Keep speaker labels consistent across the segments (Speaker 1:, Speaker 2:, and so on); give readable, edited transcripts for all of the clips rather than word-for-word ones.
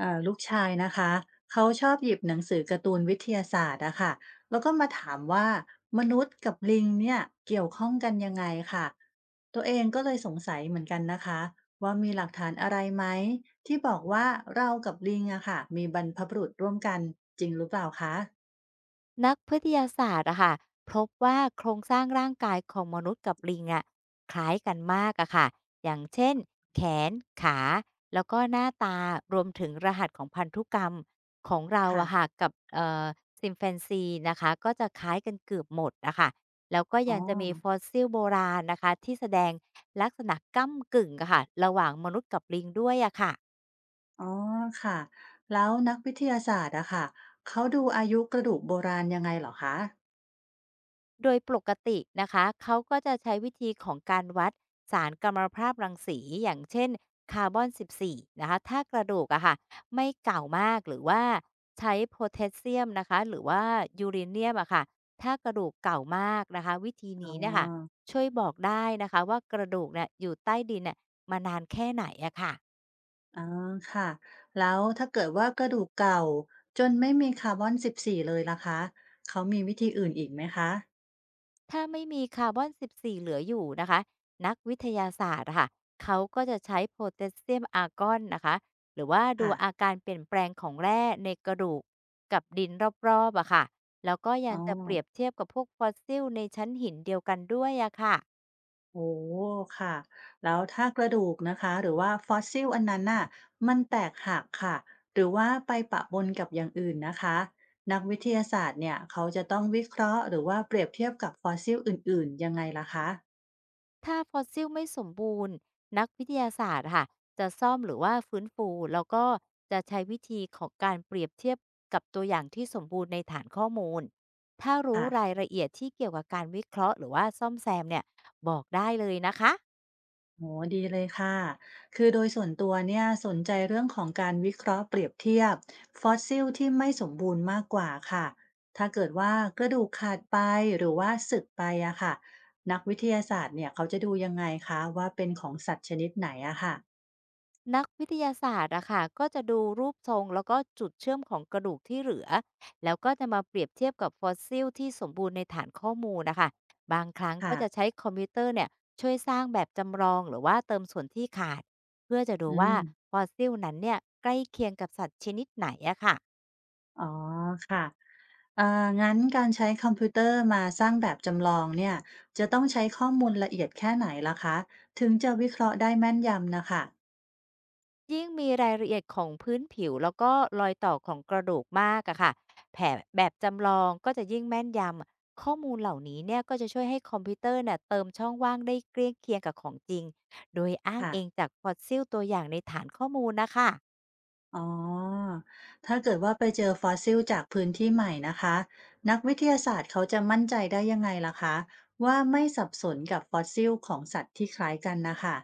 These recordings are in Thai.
Speaker 1: ลูกชายนะคะเขาชอบหยิบหนังสือการ์ตูนวิทยาศาสตร์อะค่ะแล้วก็มาถามว่ามนุษย์กับลิงเนี่ยเกี่ยวข้องกันยังไงค่ะตัวเองก็เลยสงสัยเหมือนกันนะคะว่ามีหลักฐานอะไรไหมที่บอกว่าเรากับลิงอะค่ะมีบรรพบุรุษร่วมกันจริงหรือเปล่าคะ
Speaker 2: นักวิทยาศาสตร์อะค่ะพบว่าโครงสร้างร่างกายของมนุษย์กับลิงอะคล้ายกันมากอะค่ะอย่างเช่นแขนขาแล้วก็หน้าตารวมถึงรหัสของพันธุกรรมของเรา
Speaker 1: ค่ะ
Speaker 2: อะค่ะกับซิมแฟนซีนะคะก็จะคล้ายกันเกือบหมดอะค่ะแล้วก็
Speaker 1: อ๋อ
Speaker 2: ยังจะมีฟอสซิลโบราณนะคะที่แสดงลักษณะก้ำกึ่งอะค่ะระหว่างมนุษย์กับลิงด้วยอะค่ะ
Speaker 1: อ๋อค่ะแล้วนักวิทยาศาสตร์อะค่ะเขาดูอายุกระดูกโบราณยังไงเหรอคะ
Speaker 2: โดยปกตินะคะเขาก็จะใช้วิธีของการวัดสารกัมมันตภาพรังสีอย่างเช่นคาร์บอน14นะคะถ้ากระดูกอะค่ะไม่เก่ามากหรือว่าใช้โพแทสเซียมนะคะหรือว่ายูเรเนียมอะค่ะถ้ากระดูกเก่ามากนะคะวิธี
Speaker 1: อ๋อ
Speaker 2: นี้เนี่ยค่ะช่วยบอกได้นะคะว่ากระดูกเนี่ยอยู่ใต้ดินเนี่ยมานานแค่ไหนอะค่ะ
Speaker 1: อ๋อค่ะแล้วถ้าเกิดว่ากระดูกเก่าจนไม่มีคาร์บอน14เลยล่ะคะเขามีวิธีอื่นอีกไหมคะ
Speaker 2: ถ้าไม่มีคาร์บอน14เหลืออยู่นะคะนักวิทยาศาสตร์อะค่ะเขาก็จะใช้โพแทสเซียมอาร์กอนนะคะหรือว่าดู
Speaker 1: ค่ะ
Speaker 2: อาการเปลี่ยนแปลงของแร่ในกระดูกกับดินรอบๆอะค่ะแล้วก็ยั
Speaker 1: อ๋
Speaker 2: ง
Speaker 1: อ
Speaker 2: จะเปรียบเทียบกับพวกฟอสซิลในชั้นหินเดียวกันด้วยอะค่ะ
Speaker 1: โอ้ค่ะแล้วถ้ากระดูกนะคะหรือว่าฟอสซิลอันนั้นน่ะมันแตกหักค่ะหรือว่าไปปะปนกับอย่างอื่นนะคะนักวิทยาศาสตร์เนี่ยเขาจะต้องวิเคราะห์หรือว่าเปรียบเทียบกับฟอสซิลอื่นๆ ยังไงล่ะคะ
Speaker 2: ถ้าฟอสซิลไม่สมบูรณ์นักวิทยาศาสตร์ค่ะจะซ่อมหรือว่าฟื้นฟูแล้วก็จะใช้วิธีของการเปรียบเทียบกับตัวอย่างที่สมบูรณ์ในฐานข้อมูลถ้ารู้
Speaker 1: ค่ะ
Speaker 2: รายละเอียดที่เกี่ยวกับการวิเคราะห์หรือว่าซ่อมแซมเนี่ยบอกได้เลยนะคะ
Speaker 1: โอ้ดีเลยค่ะคือโดยส่วนตัวเนี่ยสนใจเรื่องของการวิเคราะห์เปรียบเทียบฟอสซิลที่ไม่สมบูรณ์มากกว่าค่ะถ้าเกิดว่ากระดูกขาดไปหรือว่าสึกไปอะค่ะนักวิทยาศาสตร์เนี่ยเขาจะดูยังไงคะว่าเป็นของสัตว์ชนิดไหนอะค่ะ
Speaker 2: นักวิทยาศาสตร์อะค่ะก็จะดูรูปทรงแล้วก็จุดเชื่อมของกระดูกที่เหลือแล้วก็จะมาเปรียบเทียบกับฟอสซิลที่สมบูรณ์ในฐานข้อมูลนะคะบางครั้งก็จะใช้
Speaker 1: ค่ะ
Speaker 2: คอมพิวเตอร์เนี่ยช่วยสร้างแบบจำลองหรือว่าเติมส่วนที่ขาดเพื่อจะดู
Speaker 1: อื
Speaker 2: ว่า
Speaker 1: ม
Speaker 2: ฟอสซิลนั้นเนี่ยใกล้เคียงกับสัตว์ชนิดไหนอะค่ะ
Speaker 1: อ๋อค่ะงั้นการใช้คอมพิวเตอร์มาสร้างแบบจำลองเนี่ยจะต้องใช้ข้อมูลละเอียดแค่ไหนล่ะคะถึงจะวิเคราะห์ได้แม่นยำนะคะ
Speaker 2: ยิ่งมีรายละเอียดของพื้นผิวแล้วก็รอยต่อของกระดูกมากอะค่ะ แผนแบบจำลองก็จะยิ่งแม่นยำข้อมูลเหล่านี้เนี่ยก็จะช่วยให้คอมพิวเตอร์เนี่ยเติมช่องว่างได้เกลี้ยงเคียงกับของจริงโดยอ้าง
Speaker 1: ค่ะ
Speaker 2: เองจากฟอสซิลตัวอย่างในฐานข้อมูลนะคะ
Speaker 1: อ๋อถ้าเกิดว่าไปเจอฟอสซิลจากพื้นที่ใหม่นะคะนักวิทยาศาสตร์เขาจะมั่นใจได้ยังไงล่ะคะว่าไม่สับสนกับฟอสซิลของสัตว์ที่คล้ายกันนะคะ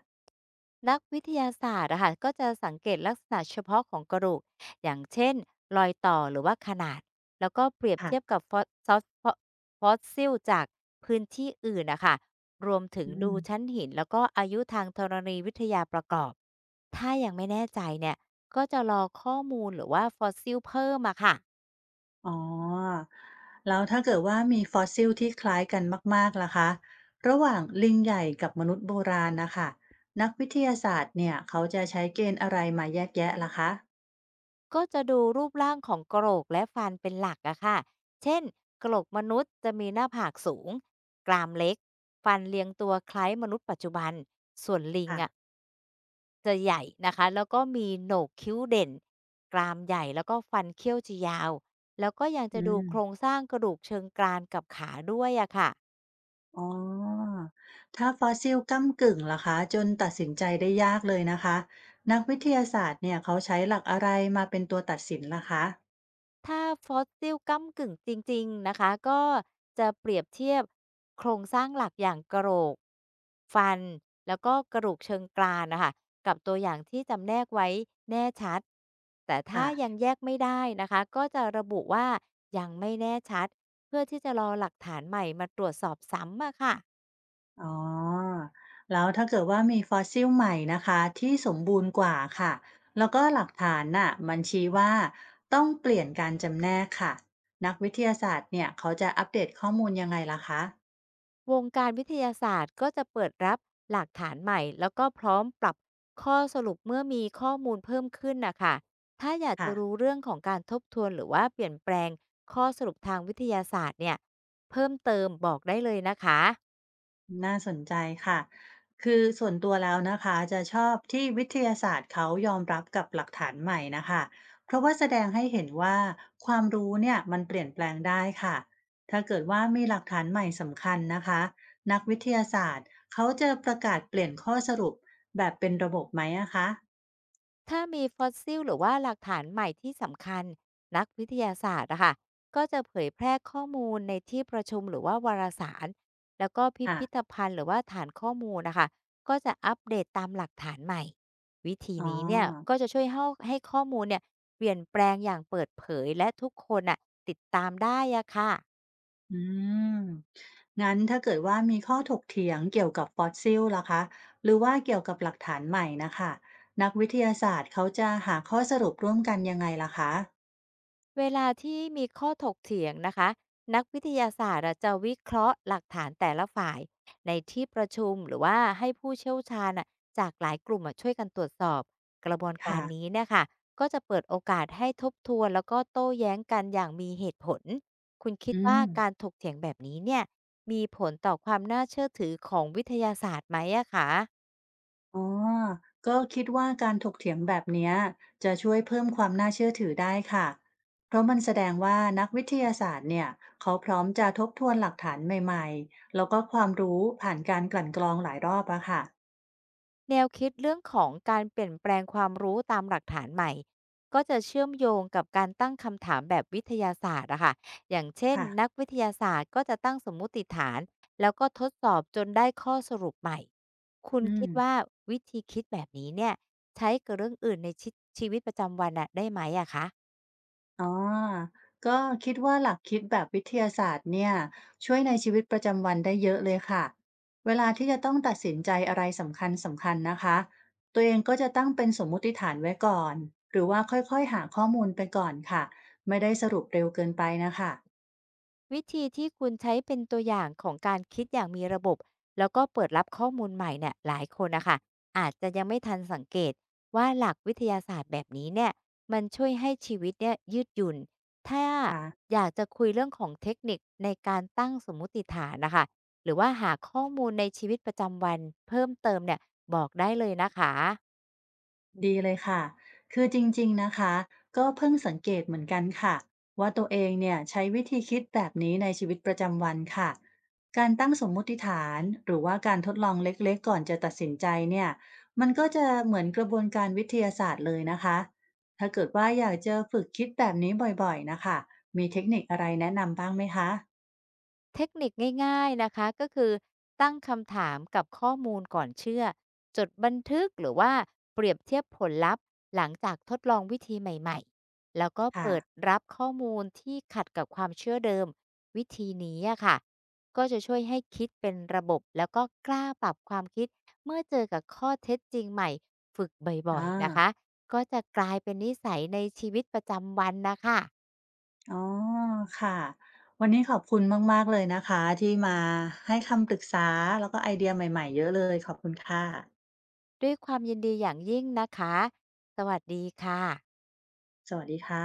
Speaker 2: นักวิทยาศาสตร์อะค่ะก็จะสังเกตลักษณะเฉพาะของกระดูกอย่างเช่นรอยต่อหรือว่าขนาดแล้วก็เปรียบ
Speaker 1: ค่ะ
Speaker 2: เทียบกับฟอสซอสฟอสฟอสซิลจากพื้นที่อื่นนะคะรวมถึง
Speaker 1: อื
Speaker 2: ดู
Speaker 1: ม
Speaker 2: ชั้นหินแล้วก็อายุทางธรณีวิทยาประกอบถ้ายังไม่แน่ใจเนี่ยก็จะรอข้อมูลหรือว่าฟอสซิลเพิ่มอะค่ะ
Speaker 1: อ๋อแล้วถ้าเกิดว่ามีฟอสซิลที่คล้ายกันมากๆล่ะคะระหว่างลิงใหญ่กับมนุษย์โบราณนะคะนักวิทยาศาสตร์เนี่ยเขาจะใช้เกณฑ์อะไรมาแยกแยะล่ะคะ
Speaker 2: ก็จะดูรูปร่างของกระโหลกและฟันเป็นหลักอะค่ะเช่นกระโหลกมนุษย์จะมีหน้าผากสูงกรามเล็กฟันเรียงตัวคล้ายมนุษย์ปัจจุบันส่วนลิง
Speaker 1: ค่ะ
Speaker 2: อะจะใหญ่นะคะแล้วก็มีโหนกคิ้วเด่นกรามใหญ่แล้วก็ฟันเขี้ยวจะยาวแล้วก็ยังจะ
Speaker 1: อื
Speaker 2: ดูโคร
Speaker 1: ม
Speaker 2: งสร้างกระดูกเชิงกรานกับขาด้วยอะค่ะ
Speaker 1: อ๋อถ้าฟอสซิลก้ำกึ่งล่ะคะจนตัดสินใจได้ยากเลยนะคะนักวิทยาศาสตร์เนี่ยเขาใช้หลักอะไรมาเป็นตัวตัดสินล่ะคะ
Speaker 2: ถ้าฟอสซิลก้ำกึ่งจริงๆนะคะก็จะเปรียบเทียบโครงสร้างหลักอย่างกระโหลกฟันแล้วก็กระดูกเชิงกรานนะคะกับตัวอย่างที่จำแนกไว้แน่ชัดแต่ถ้ายัง
Speaker 1: ค่ะ
Speaker 2: แยกไม่ได้นะคะก็จะระบุว่ายังไม่แน่ชัดเพื่อที่จะรอหลักฐานใหม่มาตรวจสอบซ้ำอะค่ะ
Speaker 1: อ๋อแล้วถ้าเกิดว่ามีฟอสซิลใหม่นะคะที่สมบูรณ์กว่าค่ะแล้วก็หลักฐานน่ะมันชี้ว่าต้องเปลี่ยนการจำแนกค่ะนักวิทยาศาสตร์เนี่ยเขาจะอัปเดตข้อมูลยังไงล่ะคะ
Speaker 2: วงการวิทยาศาสตร์ก็จะเปิดรับหลักฐานใหม่แล้วก็พร้อมปรับข้อสรุปเมื่อมีข้อมูลเพิ่มขึ้นน่ะค่ะถ้าอยากจะ
Speaker 1: ค่ะ
Speaker 2: รู้เรื่องของการทบทวนหรือว่าเปลี่ยนแปลงข้อสรุปทางวิทยาศาสตร์เนี่ยเพิ่มเติมบอกได้เลยนะคะ
Speaker 1: น่าสนใจค่ะคือส่วนตัวแล้วนะคะจะชอบที่วิทยาศาสตร์เขายอมรับกับหลักฐานใหม่นะคะ เพราะว่าแสดงให้เห็นว่าความรู้เนี่ยมันเปลี่ยนแปลงได้ค่ะ ถ้าเกิดว่ามีหลักฐานใหม่สำคัญนะคะนักวิทยาศาสตร์เขาจะประกาศเปลี่ยนข้อสรุปแบบเป็นระบบไหมอะคะ
Speaker 2: ถ้ามีฟอสซิลหรือว่าหลักฐานใหม่ที่สำคัญนักวิทยาศาสตร์อะค่ะก็จะเผยแพร่ข้อมูลในที่ประชุมหรือว่าวารสารแล้วก็พิพิธ
Speaker 1: ค่ะ
Speaker 2: ภัณฑ์หรือว่าฐานข้อมูลนะคะก็จะอัปเดตตามหลักฐานใหม่วิธี
Speaker 1: อ๋
Speaker 2: นี้เนี่ย
Speaker 1: อ
Speaker 2: ก็จะช่วยให้ข้อมูลเนี่ยเปลี่ยนแปลงอย่างเปิดเผยและทุกคนอะติดตามได้อะค่ะ
Speaker 1: อืมงั้นถ้าเกิดว่ามีข้อถกเถียงเกี่ยวกับฟอสซิลล่ะคะหรือว่าเกี่ยวกับหลักฐานใหม่นะคะนักวิทยาศาสตร์เขาจะหาข้อสรุปร่วมกันยังไงล่ะคะ
Speaker 2: เวลาที่มีข้อถกเถียงนะคะนักวิทยาศาสตร์อะจะวิเคราะห์หลักฐานแต่ละฝ่ายในที่ประชุมหรือว่าให้ผู้เชี่ยวชาญอะจากหลายกลุ่มอะช่วยกันตรวจสอบกระบวนกา
Speaker 1: ค่ะ
Speaker 2: รนี้เนี่ยค่ะก็จะเปิดโอกาสให้ทบทวนแล้วก็โต้แย้งกันอย่างมีเหตุผลคุณคิด
Speaker 1: อื
Speaker 2: ว่า
Speaker 1: ม
Speaker 2: การถกเถียงแบบนี้เนี่ยมีผลต่อความน่าเชื่อถือของวิทยาศาสตร์ไหมอะคะ
Speaker 1: อ๋อก็คิดว่าการถกเถียงแบบเนี้ยจะช่วยเพิ่มความน่าเชื่อถือได้ค่ะเพราะมันแสดงว่านักวิทยาศาสตร์เนี่ยเขาพร้อมจะทบทวนหลักฐานใหม่ๆแล้วก็ความรู้ผ่านการกลั่นกรองหลายรอบอะค่ะ
Speaker 2: แนวคิดเรื่องของการเปลี่ยนแปลงความรู้ตามหลักฐานใหม่ก็จะเชื่อมโยงกับการตั้งคำถามแบบวิทยาศาสตร์อะค่ะอย่างเช่นนัก
Speaker 1: ค่ะ
Speaker 2: วิทยาศาสตร์ก็จะตั้งสมมุติฐานแล้วก็ทดสอบจนได้ข้อสรุปใหม่ คุณ
Speaker 1: อื
Speaker 2: คิ
Speaker 1: ม
Speaker 2: ดว่าวิธีคิดแบบนี้เนี่ยใช้กับเรื่องอื่นในชวิตชีวิตประจำวันอะได้ไหมอะคะ
Speaker 1: อ๋อ ก็คิดว่าหลักคิดแบบวิทยาศาสตร์เนี่ยช่วยในชีวิตประจำวันได้เยอะเลยค่ะเวลาที่จะต้องตัดสินใจอะไรสำคัญสำคัญนะคะตัวเองก็จะตั้งเป็นสมมุติฐานไว้ก่อนหรือว่าค่อยๆหาข้อมูลไปก่อนค่ะไม่ได้สรุปเร็วเกินไปนะคะ
Speaker 2: วิธีที่คุณใช้เป็นตัวอย่างของการคิดอย่างมีระบบแล้วก็เปิดรับข้อมูลใหม่เนี่ยหลายคนนะคะอาจจะยังไม่ทันสังเกตว่าหลักวิทยาศาสตร์แบบนี้เนี่ยมันช่วยให้ชีวิตเนี่ยยืดหยุ่นถ้า
Speaker 1: ค่ะ
Speaker 2: อยากจะคุยเรื่องของเทคนิคในการตั้งสมมุติฐานนะคะหรือว่าหาข้อมูลในชีวิตประจำวันเพิ่มเติมเนี่ยบอกได้เลยนะคะ
Speaker 1: ดีเลยค่ะ คือจริงๆนะคะ ก็เพิ่งสังเกตเหมือนกันค่ะว่าตัวเองเนี่ยใช้วิธีคิดแบบนี้ในชีวิตประจำวันค่ะ การตั้งสมมุติฐานหรือว่าการทดลองเล็กๆก่อนจะตัดสินใจเนี่ยมันก็จะเหมือนกระบวนการวิทยาศาสตร์เลยนะคะ ถ้าเกิดว่าอยากจะฝึกคิดแบบนี้บ่อยๆนะคะมีเทคนิคอะไรแนะนำบ้างไหมคะ
Speaker 2: เทคนิคง่ายๆนะคะก็คือตั้งคำถามกับข้อมูลก่อนเชื่อจดบันทึกหรือว่าเปรียบเทียบผลลัพธ์หลังจากทดลองวิธีใหม่ๆแล้วก็
Speaker 1: ค่ะ
Speaker 2: เปิดรับข้อมูลที่ขัดกับความเชื่อเดิมวิธีนี้อะค่ะก็จะช่วยให้คิดเป็นระบบแล้วก็กล้าปรับความคิดเมื่อเจอกับข้อเท็จจริงใหม่ฝึกบ่
Speaker 1: อ่
Speaker 2: อยๆนะคะ
Speaker 1: า
Speaker 2: ก็จะกลายเป็นนิสัยในชีวิตประจำวันนะคะ
Speaker 1: อ๋อค่ะวันนี้ขอบคุณมากๆเลยนะคะที่มาให้คำปรึกษาแล้วก็ไอเดียใหม่ๆเยอะเลยขอบคุณค่ะ
Speaker 2: ด้วยความยินดีอย่างยิ่งนะคะสวัสดีค่ะ
Speaker 1: สวัสดีค่ะ